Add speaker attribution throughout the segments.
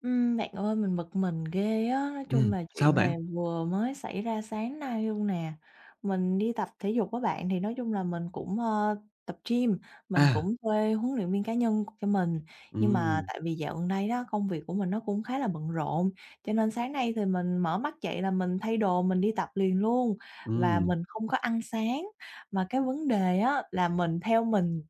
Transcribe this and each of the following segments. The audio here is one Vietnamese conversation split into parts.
Speaker 1: Bạn ơi, mình bực mình ghê á, nói chung là
Speaker 2: Sao
Speaker 1: chuyện
Speaker 2: bạn?
Speaker 1: này vừa mới xảy ra sáng nay luôn nè. Mình đi tập thể dục với bạn, thì nói chung là mình cũng tập gym, mình
Speaker 2: À,
Speaker 1: cũng thuê huấn luyện viên cá nhân cho mình. Nhưng mà
Speaker 2: ừm,
Speaker 1: tại vì dạo gần đây đó, công việc của mình nó cũng khá là bận rộn, cho nên sáng nay thì mình mở mắt dậy là mình thay đồ mình đi tập liền luôn, và
Speaker 2: ừm,
Speaker 1: mình không có ăn sáng. Mà cái vấn đề á là mình theo mình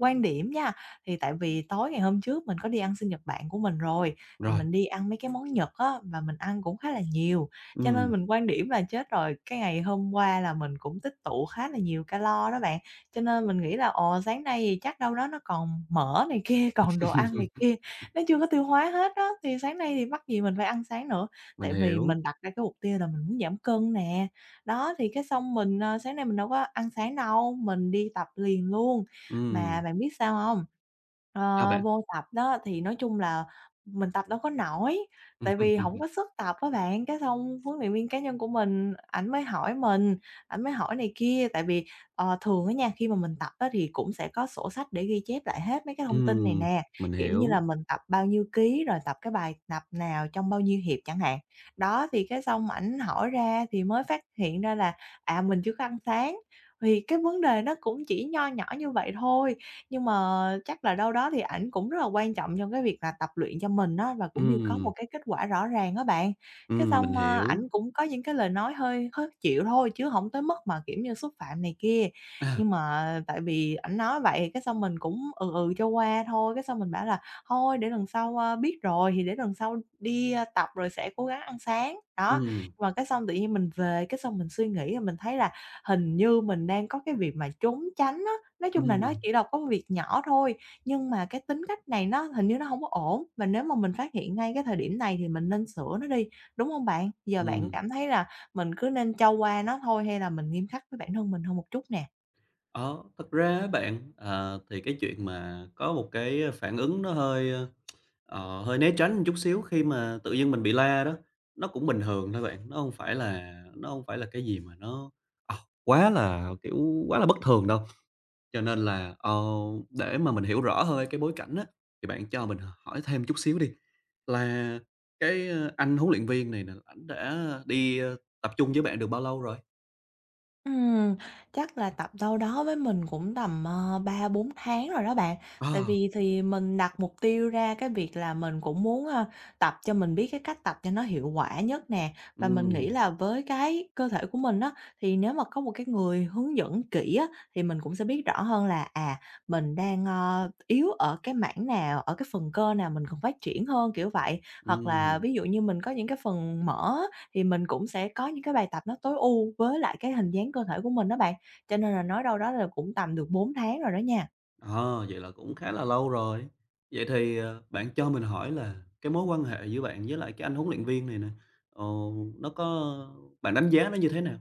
Speaker 1: quan điểm nha, thì tại vì tối ngày hôm trước mình có đi ăn sinh nhật bạn của mình rồi, thì
Speaker 2: rồi,
Speaker 1: mình đi ăn mấy cái món Nhật á, và mình ăn cũng khá là nhiều. Cho nên
Speaker 2: ừm.
Speaker 1: mình quan điểm là chết rồi, cái ngày hôm qua là mình cũng tích tụ khá là nhiều calo đó bạn. Cho nên mình nghĩ là, ồ, sáng nay thì chắc đâu đó nó còn mỡ này kia, còn đồ ăn này kia, nó chưa có tiêu hóa hết đó thì sáng nay thì mắc gì mình phải ăn sáng nữa.
Speaker 2: Mình
Speaker 1: Tại vì
Speaker 2: hiểu,
Speaker 1: mình đặt ra cái mục tiêu là mình muốn giảm cân nè. Đó, thì cái xong mình sáng nay mình đâu có ăn sáng đâu, mình đi tập liền luôn. Mà
Speaker 2: ừm,
Speaker 1: bạn biết sao không?
Speaker 2: sao bạn?
Speaker 1: Vô tập đó thì nói chung là mình tập đâu có nổi, tại vì hổng có sức tập á bạn, cái xong huấn luyện viên cá nhân của mình, ảnh mới hỏi mình, ảnh mới hỏi này kia. Tại vì thường á nha, khi mà mình tập á thì cũng sẽ có sổ sách để ghi chép lại hết mấy cái thông tin này
Speaker 2: Ừm,
Speaker 1: nè,
Speaker 2: mình
Speaker 1: kiểu như là
Speaker 2: hiểu,
Speaker 1: mình tập bao nhiêu ký, rồi tập cái bài tập nào trong bao nhiêu hiệp chẳng hạn. Đó, thì cái xong ảnh hỏi ra thì mới phát hiện ra là, à, mình chưa có ăn sáng, thì cái vấn đề nó cũng chỉ nho nhỏ như vậy thôi, nhưng mà chắc là đâu đó thì ảnh cũng rất là quan trọng trong cái việc là tập luyện cho mình á, và cũng như có một
Speaker 2: ừm,
Speaker 1: cái kết quả rõ ràng á bạn. Cái
Speaker 2: mình
Speaker 1: xong
Speaker 2: hiểu,
Speaker 1: ảnh cũng có những cái lời nói hơi khó chịu thôi, chứ không tới mức mà, kiểu như, xúc phạm này kia.
Speaker 2: à,
Speaker 1: Nhưng mà tại vì ảnh nói vậy, cái xong mình cũng ừ, ừ cho qua thôi, cái xong mình bảo là "Thôi để lần sau biết rồi thì để lần sau đi tập rồi sẽ cố gắng ăn sáng." Đó,
Speaker 2: ừm,
Speaker 1: mà cái xong tự nhiên mình về, cái xong mình suy nghĩ rồi mình thấy là hình như mình đang có cái việc mà trốn tránh. Nói chung là nó
Speaker 2: ừm,
Speaker 1: chỉ là có việc nhỏ thôi, nhưng mà cái tính cách này nó hình như nó hông có ổn, và nếu mà mình phát hiện ngay cái thời điểm này thì mình nên sửa nó đi, đúng hông bạn? Giờ bạn
Speaker 2: ừm.
Speaker 1: cảm thấy là mình cứ nên cho qua nó thôi hay là mình nghiêm khắc với bản thân mình hơn một chút nè?
Speaker 2: Ờ, thật ra á bạn, ờ, thì cái chuyện mà có một cái phản ứng nó hơi, ơ, ờ, hơi né tránh một chút xíu khi mà tự dưng mình bị la đó, nó cũng bình thường thôi bạn, nó hông phải là cái gì mà nó, ờ, quá là, kiểu, quá là bất thường đâu. Cho nên là, ờ, để mà mình hiểu rõ hơn cái bối cảnh á, thì bạn cho mình hỏi thêm chút xíu đi, là cái, ơ, anh huấn luyện viên này nè, ảnh đã đi, ơ, tập trung với bạn được bao lâu rồi?
Speaker 1: Ừm, Chắc là tập đâu đó với mình cũng tầm 3-4 tháng rồi đó bạn. Tại
Speaker 2: Ờ,
Speaker 1: vì thì mình đặt mục tiêu ra cái việc là mình cũng muốn tập cho mình biết cái cách tập cho nó hiệu quả nhất nè. Và mình nghĩ
Speaker 2: ừm,
Speaker 1: là với cái cơ thể của mình á, thì nếu mà có một cái người hướng dẫn kỹ á, thì mình cũng sẽ biết rõ hơn là, à, mình đang yếu ở cái mảng nào, ở cái phần cơ nào mình cần phát triển hơn, kiểu vậy. Hoặc là
Speaker 2: ừm,
Speaker 1: ví dụ như mình có những cái phần mỡ thì mình cũng sẽ có những cái bài tập nó tối ưu với lại cái hình dáng cơ thể của mình đó bạn. Cho nên là nói đâu đó là cũng tầm được 4 tháng rồi đó nha.
Speaker 2: ờ, vậy là cũng khá là lâu rồi. Vậy thì, ờ, bạn cho mình hỏi là cái mối quan hệ giữa bạn với lại cái anh huấn luyện viên này nè, ờ, nó có bạn đánh giá nó như thế nào?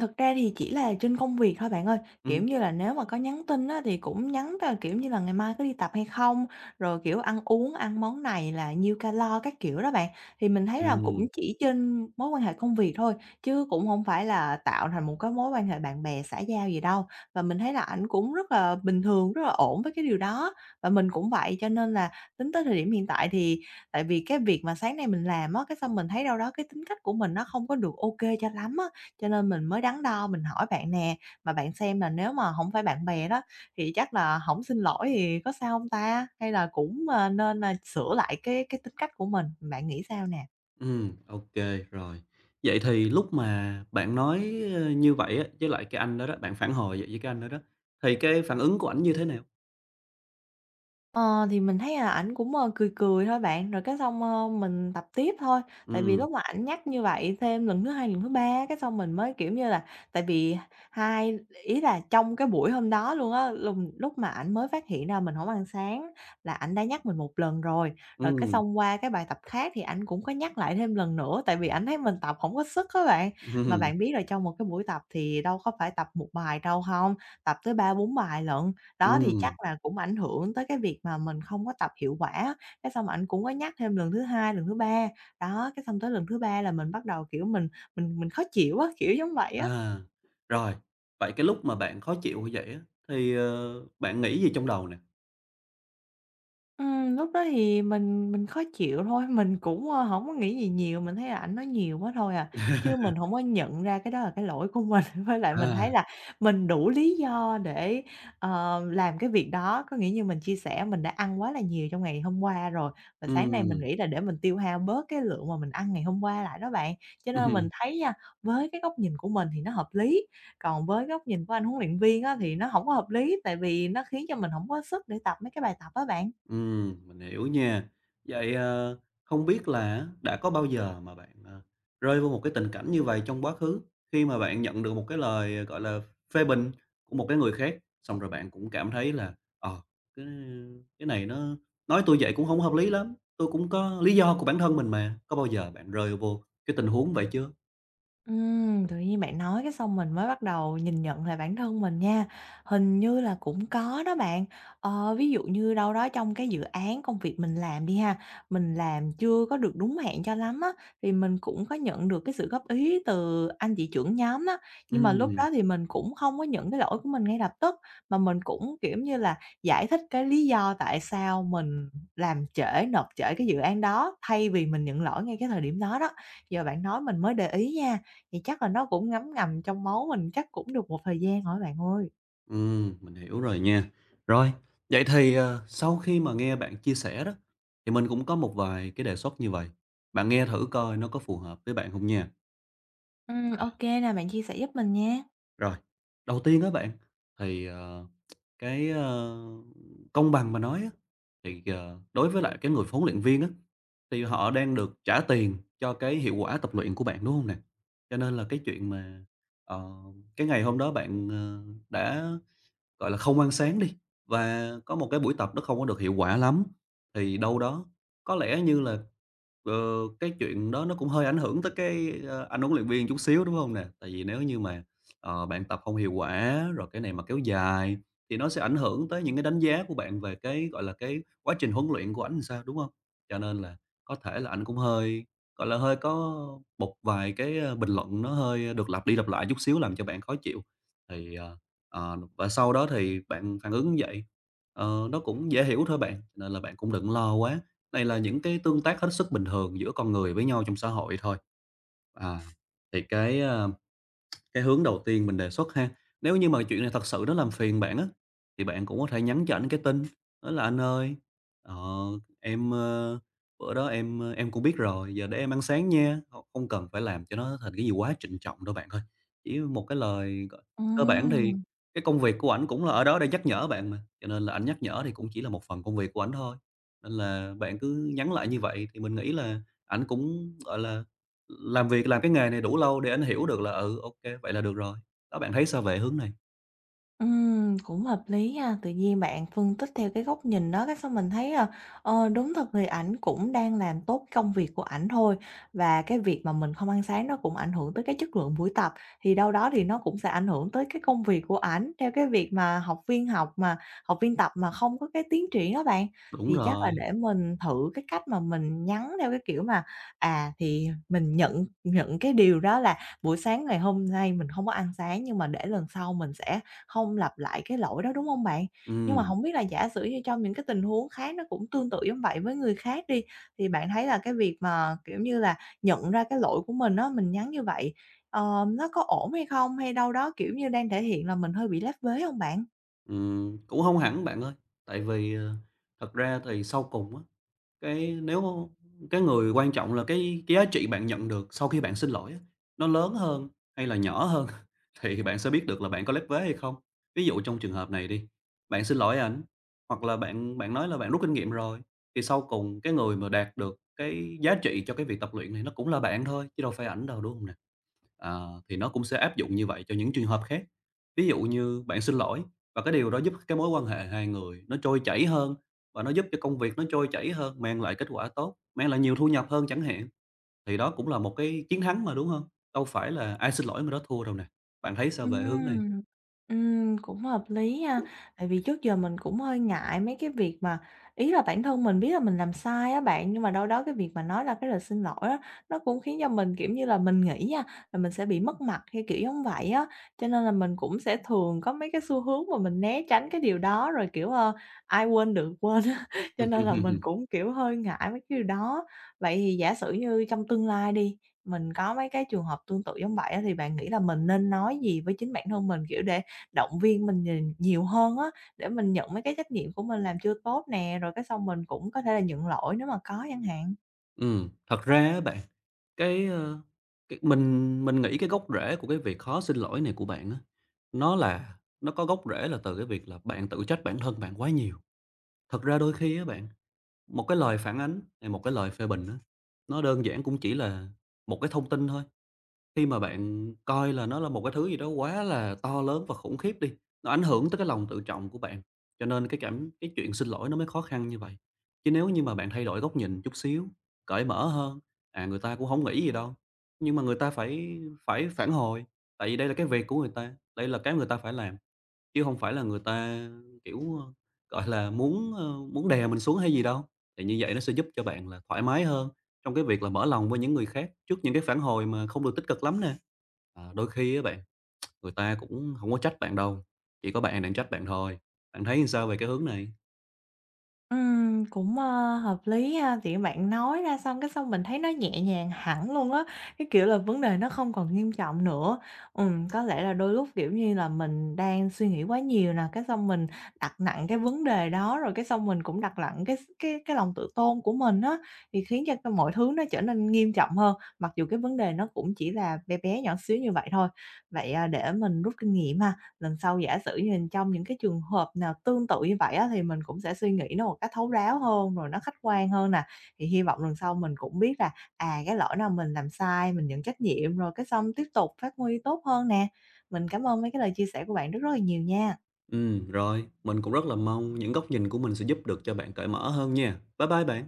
Speaker 1: Thực ra thì chỉ là trên công việc thôi bạn ơi, kiểu
Speaker 2: Ừm.
Speaker 1: như là, nếu mà có nhắn tin á, thì cũng nhắn kiểu như là, ngày mai có đi tập hay không, rồi, kiểu, ăn uống, ăn món này là nhiêu calo các kiểu đó bạn. Thì mình thấy là cũng chỉ trên mối quan hệ công việc thôi, chứ cũng không phải là tạo thành một cái mối quan hệ bạn bè xã giao gì đâu. Và mình thấy là ảnh cũng rất là bình thường, rất là ổn với cái điều đó, và mình cũng vậy. Cho nên là tính tới thời điểm hiện tại thì tại vì cái việc mà sáng nay mình làm á, cái xong mình thấy đâu đó cái tính cách của mình nó không có được ok cho lắm á, cho nên mình mới đắn đo mình hỏi bạn nè, mà bạn xem là nếu mà hổng phải bạn bè đó thì chắc là hổng xin lỗi thì có sao hông ta? Hay là cũng nên sửa lại cái tính cách của mình, bạn nghĩ sao nè?
Speaker 2: Ok rồi. Vậy thì lúc mà bạn nói, ơ, như vậy á, với lại cái anh đó đó, bạn phản hồi vậy với cái anh đó đó, thì cái phản ứng của ảnh như thế nào?
Speaker 1: Ờ, thì mình thấy là ảnh cũng cười cười thôi bạn, rồi cái xong mình tập tiếp thôi. Tại vì
Speaker 2: Ừm,
Speaker 1: lúc mà ảnh nhắc như vậy thêm lần thứ hai, lần thứ ba cái xong mình mới, kiểu như là tại vì hai ý là trong cái buổi hôm đó luôn á, lúc mà ảnh mới phát hiện ra mình không ăn sáng là ảnh đã nhắc mình một lần rồi. Rồi cái
Speaker 2: ừm,
Speaker 1: xong qua cái bài tập khác thì ảnh cũng có nhắc lại thêm lần nữa, tại vì ảnh thấy mình tập không có sức các bạn. Mà
Speaker 2: ừm,
Speaker 1: bạn biết rồi trong một cái buổi tập thì đâu có phải tập một bài đâu không? Tập tới 3 4 bài lận. Đó, thì chắc
Speaker 2: ừm,
Speaker 1: là cũng ảnh hưởng tới cái việc mà mình không có tập hiệu quả, cái xong ảnh cũng có nhắc thêm lần thứ hai, lần thứ ba. Đó, cái xong tới lần thứ ba là mình bắt đầu, kiểu, mình khó chịu á, kiểu giống vậy á.
Speaker 2: à, rồi. Vậy cái lúc mà bạn khó chịu như vậy á, thì, ờ, bạn nghĩ gì trong đầu nè?
Speaker 1: Lúc đó thì mình khó chịu thôi, mình cũng hổng có nghĩ gì nhiều, mình thấy là ảnh nói nhiều quá thôi à, chứ mình không có nhận ra cái đó là cái lỗi của mình. Với lại mình thấy
Speaker 2: À,
Speaker 1: là mình đủ lý do để làm cái việc đó, có nghĩa như mình chia sẻ mình đã ăn quá là nhiều trong ngày hôm qua rồi, và sáng nay mình nghĩ là để mình tiêu hao bớt cái lượng mà mình ăn ngày hôm qua lại đó bạn. Cho nên mình
Speaker 2: ừm.
Speaker 1: thấy nha, với cái góc nhìn của mình thì nó hợp lý, còn với góc nhìn của anh huấn luyện viên á thì nó không có hợp lý, tại vì nó khiến cho mình không có sức để tập mấy cái bài tập á bạn.
Speaker 2: Mình hiểu nha. Vậy, ờ, không biết là đã có bao giờ mà bạn, ờ, rơi vô một cái tình cảnh như vậy trong quá khứ, khi mà bạn nhận được một cái lời, ờ, gọi là, phê bình của một cái người khác, xong rồi bạn cũng cảm thấy là "Ờ, cái cái này nó nói tôi vậy cũng không hợp lý lắm, tôi cũng có lý do của bản thân mình mà." Có bao giờ bạn rơi vô cái tình huống vậy chưa?
Speaker 1: Tự nhiên bạn nói cái xong mình mới bắt đầu nhìn nhận lại bản thân mình nha. Hình như là cũng có đó bạn. Ví dụ như đâu đó trong cái dự án công việc mình làm đi ha, mình làm chưa có được đúng hạn cho lắm á, thì mình cũng có nhận được cái sự góp ý từ anh chị trưởng nhóm á. Nhưng mà lúc
Speaker 2: Ừm.
Speaker 1: đó thì mình cũng không có nhận cái lỗi của mình ngay lập tức, mà mình cũng, kiểu như là, giải thích cái lý do tại sao mình làm trễ, nộp trễ cái dự án đó, thay vì mình nhận lỗi ngay cái thời điểm đó đó. Giờ bạn nói mình mới để ý nha, thì chắc là nó cũng ngấm ngầm trong máu mình chắc cũng được một thời gian rồi á bạn ơi.
Speaker 2: Mình hiểu rồi nha. Rồi, vậy thì, ờ, sau khi mà nghe bạn chia sẻ đó, thì mình cũng có một vài cái đề xuất như vậy bạn nghe thử coi nó có phù hợp với bạn không nha. À.
Speaker 1: Ô kê nè, bạn chia sẻ giúp mình nha.
Speaker 2: Rồi, đầu tiên á bạn, thì, ờ, cái, ơ, công bằng mà nói á, thì, ờ, đối với lại cái người huấn luyện viên á, thì họ đang được trả tiền cho cái hiệu quả tập luyện của bạn, đúng không nè? Cho nên là cái chuyện mà, ờ, cái ngày hôm đó bạn, ờ, đã gọi là, không ăn sáng đi, và có một cái buổi tập nó không có được hiệu quả lắm, thì đâu đó có lẽ như là, ờ, cái chuyện đó nó cũng hơi ảnh hưởng tới cái, ơ, anh huấn luyện viên chút xíu, đúng không nè? Tại vì nếu như mà, ờ, bạn tập không hiệu quả, rồi cái này mà kéo dài thì nó sẽ ảnh hưởng tới những cái đánh giá của bạn về cái, gọi là, cái quá trình huấn luyện của ảnh làm sao, đúng không? Cho nên là có thể là anh cũng hơi, gọi là, hơi có một vài cái, ơ, bình luận nó hơi được lặp đi lặp lại chút xíu làm cho bạn khó chịu. Thì, ờ, ờ, và sau đó thì bạn phản ứng như vậy, ờ, nó cũng dễ hiểu thôi bạn, nên là bạn cũng đừng lo quá. Này là những cái tương tác hết sức bình thường giữa con người với nhau trong xã hội thôi. À, thì cái hướng đầu tiên mình đề xuất ha, nếu như mà chuyện này thật sự nó làm phiền bạn á, thì bạn cũng có thể nhắn cho ảnh cái tin, đó là "Anh ơi, ờ, em, ơ, bữa đó em, cũng biết rồi, giờ để em ăn sáng nha." Không không cần phải làm cho nó thành cái gì quá trịnh trọng đâu bạn ơi, chỉ một cái lời cơ bản thì
Speaker 1: Ừm.
Speaker 2: cái công việc của ảnh cũng là ở đó để nhắc nhở bạn mà, cho nên là ảnh nhắc nhở thì cũng chỉ là một phần công việc của ảnh thôi. Nên là bạn cứ nhắn lại như vậy thì mình nghĩ là ảnh cũng, gọi là làm việc, làm cái nghề này đủ lâu để anh hiểu được là, ừ, ok vậy là được rồi. Đó, bạn thấy sao về hướng này?
Speaker 1: Cũng hợp lý ha. Tự nhiên bạn phân tích theo cái góc nhìn đó, cái xong mình thấy đúng thật thì ảnh cũng đang làm tốt công việc của ảnh thôi, và cái việc mà mình không ăn sáng nó cũng ảnh hưởng tới cái chất lượng buổi tập, thì đâu đó thì nó cũng sẽ ảnh hưởng tới cái công việc của ảnh, theo cái việc mà học viên tập mà không có cái tiến triển đó bạn.
Speaker 2: Đúng
Speaker 1: Thì chắc là
Speaker 2: rồi,
Speaker 1: để mình thử cái cách mà mình nhắn theo cái kiểu mà, à, thì mình nhận nhận cái điều đó là buổi sáng ngày hôm nay mình không có ăn sáng, nhưng mà để lần sau mình sẽ không lặp lại cái lỗi đó, đúng không bạn? Nhưng mà
Speaker 2: ừm,
Speaker 1: không biết là giả sử như trong những cái tình huống khác nó cũng tương tự giống vậy với người khác đi, thì bạn thấy là cái việc mà, kiểu như là, nhận ra cái lỗi của mình đó mình nhắn như vậy nó có ổn hay không? Hay đâu đó, kiểu như, đang thể hiện là mình hơi bị lép vế không bạn?
Speaker 2: cũng không hẳn bạn ơi, tại vì, ờ, thật ra thì sau cùng á, Cái nếu cái người quan trọng là cái giá trị bạn nhận được sau khi bạn xin lỗi á, nó lớn hơn hay là nhỏ hơn thì bạn sẽ biết được là bạn có lép vế hay không. Ví dụ trong trường hợp này đi, bạn xin lỗi ảnh hoặc là bạn bạn nói là bạn rút kinh nghiệm rồi, thì sau cùng cái người mà đạt được cái giá trị cho cái việc tập luyện này nó cũng là bạn thôi, chứ đâu phải ảnh đâu, đúng không nè? Ờ, thì nó cũng sẽ áp dụng như vậy cho những trường hợp khác. Ví dụ như bạn xin lỗi và cái điều đó giúp cái mối quan hệ hai người nó trôi chảy hơn và nó giúp cho công việc nó trôi chảy hơn, mang lại kết quả tốt, mang lại nhiều thu nhập hơn chẳng hạn, thì đó cũng là một cái chiến thắng mà, đúng hông? Đâu phải là ai xin lỗi mà đó thua đâu nè. Bạn thấy sao về hướng này?
Speaker 1: Ừm, Cũng hợp lý ha. Tại vì trước giờ mình cũng hơi ngại mấy cái việc mà ý là bản thân mình biết là mình làm sai á bạn, nhưng mà đâu đó cái việc mà nói là cái lời xin lỗi á, nó cũng khiến cho mình, kiểu như là, mình nghĩ nha, là mình sẽ bị mất mặt hay kiểu giống vậy á. Cho nên là mình cũng sẽ thường có mấy cái xu hướng mà mình né tránh cái điều đó, rồi, kiểu ai quên được quên á, cho nên là mình
Speaker 2: Ừm,
Speaker 1: cũng, kiểu, hơi ngại mấy cái điều đó. Vậy thì giả sử như trong tương lai đi mình có mấy cái trường hợp tương tự giống vậy á, thì bạn nghĩ là mình nên nói gì với chính bản thân mình, kiểu, để động viên mình nhìn nhiều hơn á, để mình nhận mấy cái trách nhiệm của mình làm chưa tốt nè, rồi cái xong mình cũng có thể là nhận lỗi nếu mà có chẳng hạn?
Speaker 2: thật ra á bạn, cái, ơ, cái mình nghĩ cái gốc rễ của cái việc khó xin lỗi này của bạn á, nó có gốc rễ là từ cái việc là bạn tự trách bản thân bạn quá nhiều. Thật ra đôi khi á bạn, một cái lời phản ánh hay một cái lời phê bình á, nó đơn giản cũng chỉ là một cái thông tin thôi. Khi mà bạn coi là nó là một cái thứ gì đó quá là to lớn và khủng khiếp đi, nó ảnh hưởng tới cái lòng tự trọng của bạn. Cho nên cái chuyện xin lỗi nó mới khó khăn như vậy. Chứ nếu như mà bạn thay đổi góc nhìn chút xíu, cởi mở hơn, à, người ta cũng không nghĩ gì đâu, nhưng mà người ta phải phải phản hồi, tại vì đây là cái việc của người ta, đây là cái người ta phải làm. Chứ không phải là người ta, kiểu, ơ, gọi là, muốn đè mình xuống hay gì đâu. Thì như vậy nó sẽ giúp cho bạn là thoải mái hơn trong cái việc là mở lòng với những người khác trước những cái phản hồi mà không được tích cực lắm nè. Ờ, đôi khi á bạn, người ta cũng không có trách bạn đâu, chỉ có bạn đang trách bạn thôi. Bạn thấy làm sao về cái hướng này?
Speaker 1: Cũng hợp lý ha, tự bạn nói ra xong cái xong mình thấy nó nhẹ nhàng hẳn luôn á, cái kiểu là vấn đề nó không còn nghiêm trọng nữa. Có lẽ là đôi lúc, kiểu như là, mình đang suy nghĩ quá nhiều nè, cái xong mình đặt nặng cái vấn đề đó, rồi cái xong mình cũng đặt nặng cái lòng tự tôn của mình á, thì khiến cho cái mọi thứ nó trở nên nghiêm trọng hơn, mặc dù cái vấn đề nó cũng chỉ là bé bé, nhỏ xíu như vậy thôi. Vậy, à, để mình rút kinh nghiệm ha, lần sau giả sử như trong những cái trường hợp nào tương tự như vậy á, thì mình cũng sẽ suy nghĩ nó một cách thấu đáo hơn, rồi nó khách quan hơn nè. Thì hy vọng lần sau mình cũng biết là, à, cái lỗi nào mình làm sai, mình nhận trách nhiệm, rồi cái xong tiếp tục phát huy tốt hơn nè. Mình cảm ơn mấy cái lời chia sẻ của bạn rất rất là nhiều nha.
Speaker 2: Ừ rồi, mình cũng rất là mong những góc nhìn của mình sẽ giúp được cho bạn cởi mở hơn nha. Bye bye bạn.